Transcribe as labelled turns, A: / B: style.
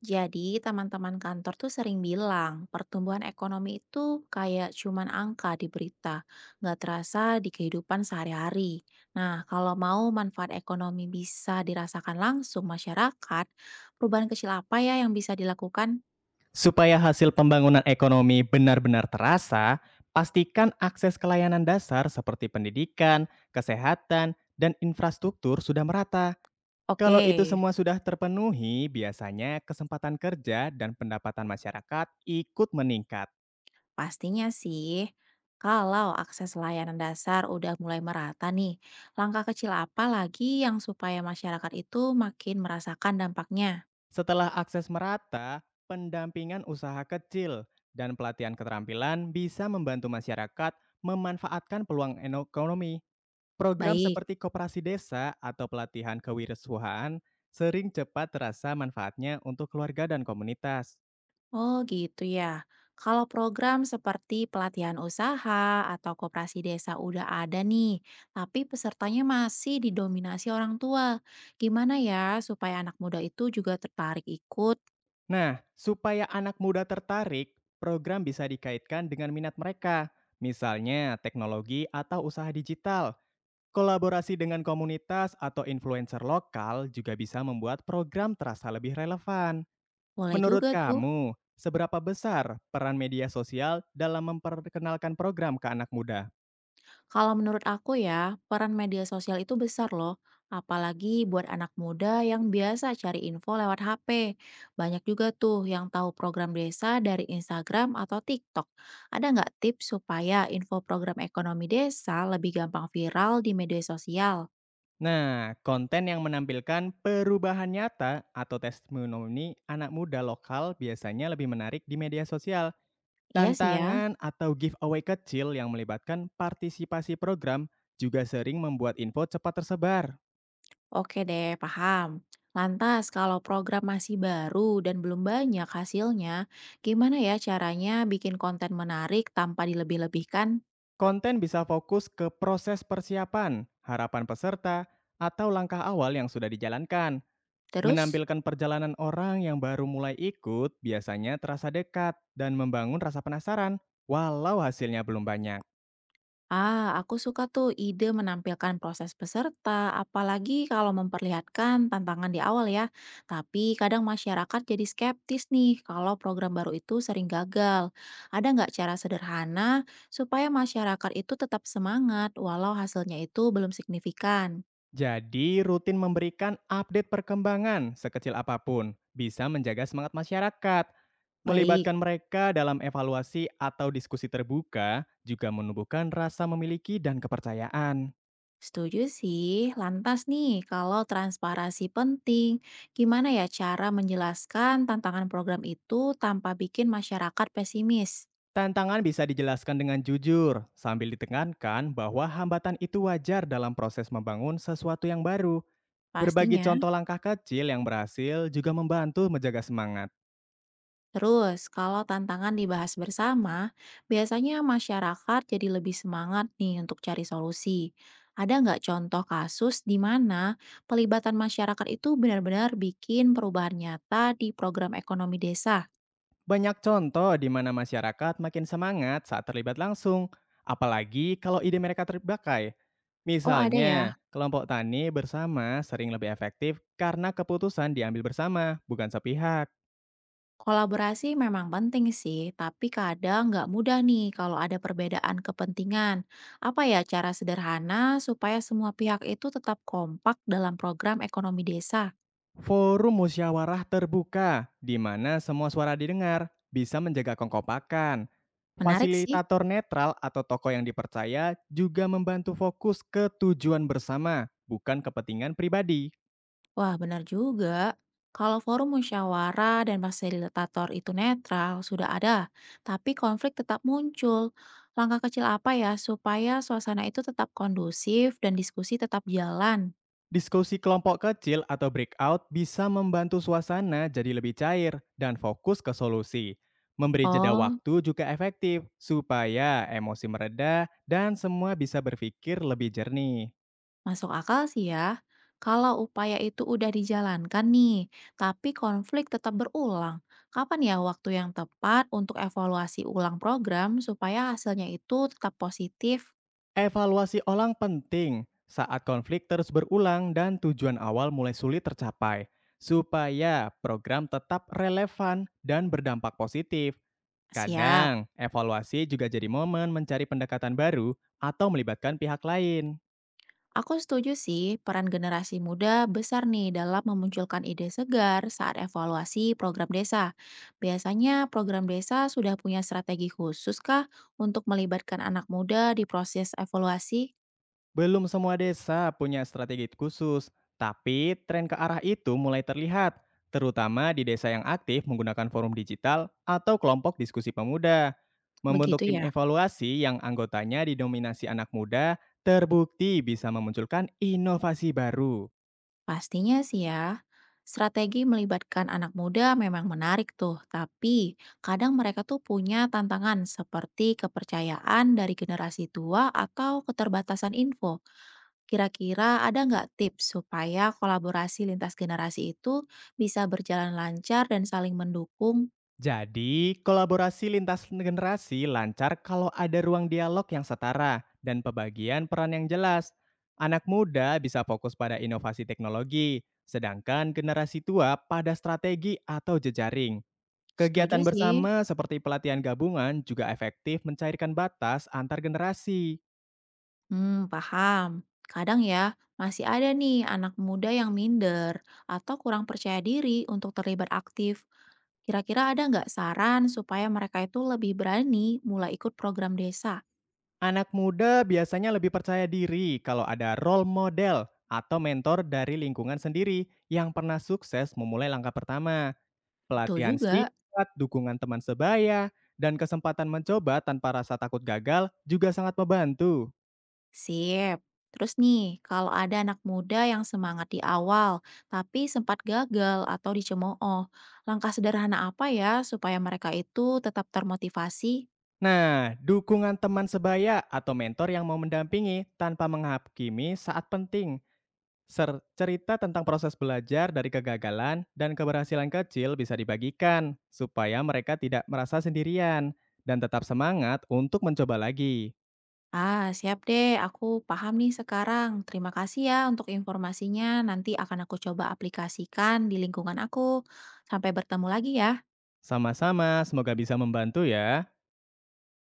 A: Jadi, teman-teman kantor tuh sering bilang, pertumbuhan ekonomi itu kayak cuman angka di berita, nggak terasa di kehidupan sehari-hari. Nah, kalau mau manfaat ekonomi bisa dirasakan langsung masyarakat, perubahan kecil apa ya yang bisa dilakukan?
B: Supaya hasil pembangunan ekonomi benar-benar terasa, pastikan akses ke layanan dasar seperti pendidikan, kesehatan, dan infrastruktur sudah merata.
A: Oke,
B: Kalau itu semua sudah terpenuhi, biasanya kesempatan kerja dan pendapatan masyarakat ikut meningkat.
A: pastinya sih. Kalau akses layanan dasar udah mulai merata nih, langkah kecil apa lagi yang supaya masyarakat itu makin merasakan dampaknya?
B: Setelah akses merata, pendampingan usaha kecil dan pelatihan keterampilan bisa membantu masyarakat memanfaatkan peluang ekonomi. Program
A: Baik.
B: seperti koperasi desa atau pelatihan kewirausahaan sering cepat terasa manfaatnya untuk keluarga dan komunitas.
A: Oh gitu ya. Kalau program seperti pelatihan usaha atau koperasi desa udah ada nih, tapi pesertanya masih didominasi orang tua. Gimana ya supaya anak muda itu juga tertarik ikut?
B: Nah, supaya anak muda tertarik, program bisa dikaitkan dengan minat mereka, misalnya teknologi atau usaha digital. Kolaborasi dengan komunitas atau influencer lokal juga bisa membuat program terasa lebih relevan.
A: Boleh
B: Menurut
A: juga tuh.
B: kamu, seberapa besar peran media sosial dalam memperkenalkan program ke anak muda?
A: Kalau menurut aku ya, peran media sosial itu besar loh. Apalagi buat anak muda yang biasa cari info lewat HP. Banyak juga tuh yang tahu program desa dari Instagram atau TikTok. Ada nggak tips supaya info program ekonomi desa lebih gampang viral di media sosial?
B: Nah, konten yang menampilkan perubahan nyata atau testimoni anak muda lokal biasanya lebih menarik di media sosial.
A: Iya sih ya.
B: Tantangan atau giveaway kecil yang melibatkan partisipasi program juga sering membuat info cepat tersebar.
A: Oke deh, paham. Lantas, kalau program masih baru dan belum banyak hasilnya, gimana ya caranya bikin konten menarik tanpa dilebih-lebihkan?
B: Konten bisa fokus ke proses persiapan, harapan peserta, atau langkah awal yang sudah dijalankan.
A: Terus?
B: Menampilkan perjalanan orang yang baru mulai ikut biasanya terasa dekat dan membangun rasa penasaran, walau hasilnya belum banyak.
A: Ah, aku suka tuh ide menampilkan proses peserta, apalagi kalau memperlihatkan tantangan di awal ya. Tapi kadang masyarakat jadi skeptis nih kalau program baru itu sering gagal. Ada nggak cara sederhana supaya masyarakat itu tetap semangat walau hasilnya itu belum signifikan?
B: Jadi, rutin memberikan update perkembangan sekecil apapun bisa menjaga semangat masyarakat.
A: Baik,
B: Melibatkan mereka dalam evaluasi atau diskusi terbuka juga menumbuhkan rasa memiliki dan kepercayaan.
A: setuju sih. Lantas nih, kalau transparasi penting, gimana ya cara menjelaskan tantangan program itu tanpa bikin masyarakat pesimis?
B: Tantangan bisa dijelaskan dengan jujur, sambil ditekankan bahwa hambatan itu wajar dalam proses membangun sesuatu yang baru. Berbagi
A: Pastinya.
B: contoh langkah kecil yang berhasil juga membantu menjaga semangat.
A: Terus, kalau tantangan dibahas bersama, biasanya masyarakat jadi lebih semangat nih untuk cari solusi. Ada nggak contoh kasus di mana pelibatan masyarakat itu benar-benar bikin perubahan nyata di program ekonomi desa?
B: Banyak contoh di mana masyarakat makin semangat saat terlibat langsung, apalagi kalau ide mereka terpakai.
A: Oh ada ya,
B: Misalnya, kelompok tani bersama sering lebih efektif karena keputusan diambil bersama, bukan sepihak.
A: kolaborasi memang penting sih, tapi kadang nggak mudah nih kalau ada perbedaan kepentingan. Apa ya cara sederhana supaya semua pihak itu tetap kompak dalam program ekonomi desa?
B: Forum musyawarah terbuka, di mana semua suara didengar, bisa menjaga kongkopakan.
A: Menarik sih.
B: Fasilitator netral atau tokoh yang dipercaya juga membantu fokus ke tujuan bersama, bukan kepentingan pribadi.
A: Wah, benar juga. Kalau forum musyawarah dan fasilitator itu netral, sudah ada, tapi konflik tetap muncul. Langkah kecil apa ya supaya suasana itu tetap kondusif dan diskusi tetap jalan?
B: Diskusi kelompok kecil atau breakout bisa membantu suasana jadi lebih cair dan fokus ke solusi. Memberi jeda
A: Oh,
B: waktu juga efektif supaya emosi mereda dan semua bisa berpikir lebih jernih.
A: masuk akal sih ya. Kalau upaya itu udah dijalankan nih, tapi konflik tetap berulang, kapan ya waktu yang tepat untuk evaluasi ulang program supaya hasilnya itu tetap positif?
B: Evaluasi ulang penting saat konflik terus berulang dan tujuan awal mulai sulit tercapai, supaya program tetap relevan dan berdampak positif.
A: Siap.
B: Kadang, evaluasi juga jadi momen mencari pendekatan baru atau melibatkan pihak lain.
A: Aku setuju sih, peran generasi muda besar nih dalam memunculkan ide segar saat evaluasi program desa. Biasanya program desa sudah punya strategi khusus kah untuk melibatkan anak muda di proses evaluasi?
B: Belum semua desa punya strategi khusus, tapi tren ke arah itu mulai terlihat, terutama di desa yang aktif menggunakan forum digital atau kelompok diskusi pemuda. Membentuk
A: Begitu
B: tim
A: ya?
B: evaluasi yang anggotanya didominasi anak muda terbukti bisa memunculkan inovasi baru.
A: Pastinya sih ya. Strategi melibatkan anak muda memang menarik tuh, tapi kadang mereka tuh punya tantangan seperti kepercayaan dari generasi tua atau keterbatasan info. Kira-kira ada nggak tips supaya kolaborasi lintas generasi itu bisa berjalan lancar dan saling mendukung?
B: Jadi, kolaborasi lintas generasi lancar kalau ada ruang dialog yang setara dan pembagian peran yang jelas. Anak muda bisa fokus pada inovasi teknologi, sedangkan generasi tua pada strategi atau jejaring.
A: Setuju
B: Kegiatan
A: sih.
B: bersama seperti pelatihan gabungan juga efektif mencairkan batas antar generasi.
A: Hmm, paham. Kadang ya, masih ada nih anak muda yang minder atau kurang percaya diri untuk terlibat aktif. Kira-kira ada nggak saran supaya mereka itu lebih berani mulai ikut program desa?
B: Anak muda biasanya lebih percaya diri kalau ada role model atau mentor dari lingkungan sendiri yang pernah sukses memulai langkah pertama.
A: Betul
B: Pelatihan
A: juga.
B: singkat, dukungan teman sebaya, dan kesempatan mencoba tanpa rasa takut gagal juga sangat membantu.
A: Sip. Terus nih, kalau ada anak muda yang semangat di awal, tapi sempat gagal atau dicemooh, langkah sederhana apa ya supaya mereka itu tetap termotivasi?
B: Nah, dukungan teman sebaya atau mentor yang mau mendampingi tanpa menghakimi saat penting. Ser cerita tentang proses belajar dari kegagalan dan keberhasilan kecil bisa dibagikan supaya mereka tidak merasa sendirian dan tetap semangat untuk mencoba lagi.
A: Ah, siap deh. Aku paham nih sekarang. Terima kasih ya untuk informasinya. Nanti akan aku coba aplikasikan di lingkungan aku. Sampai bertemu lagi ya.
B: Sama-sama, semoga bisa membantu ya.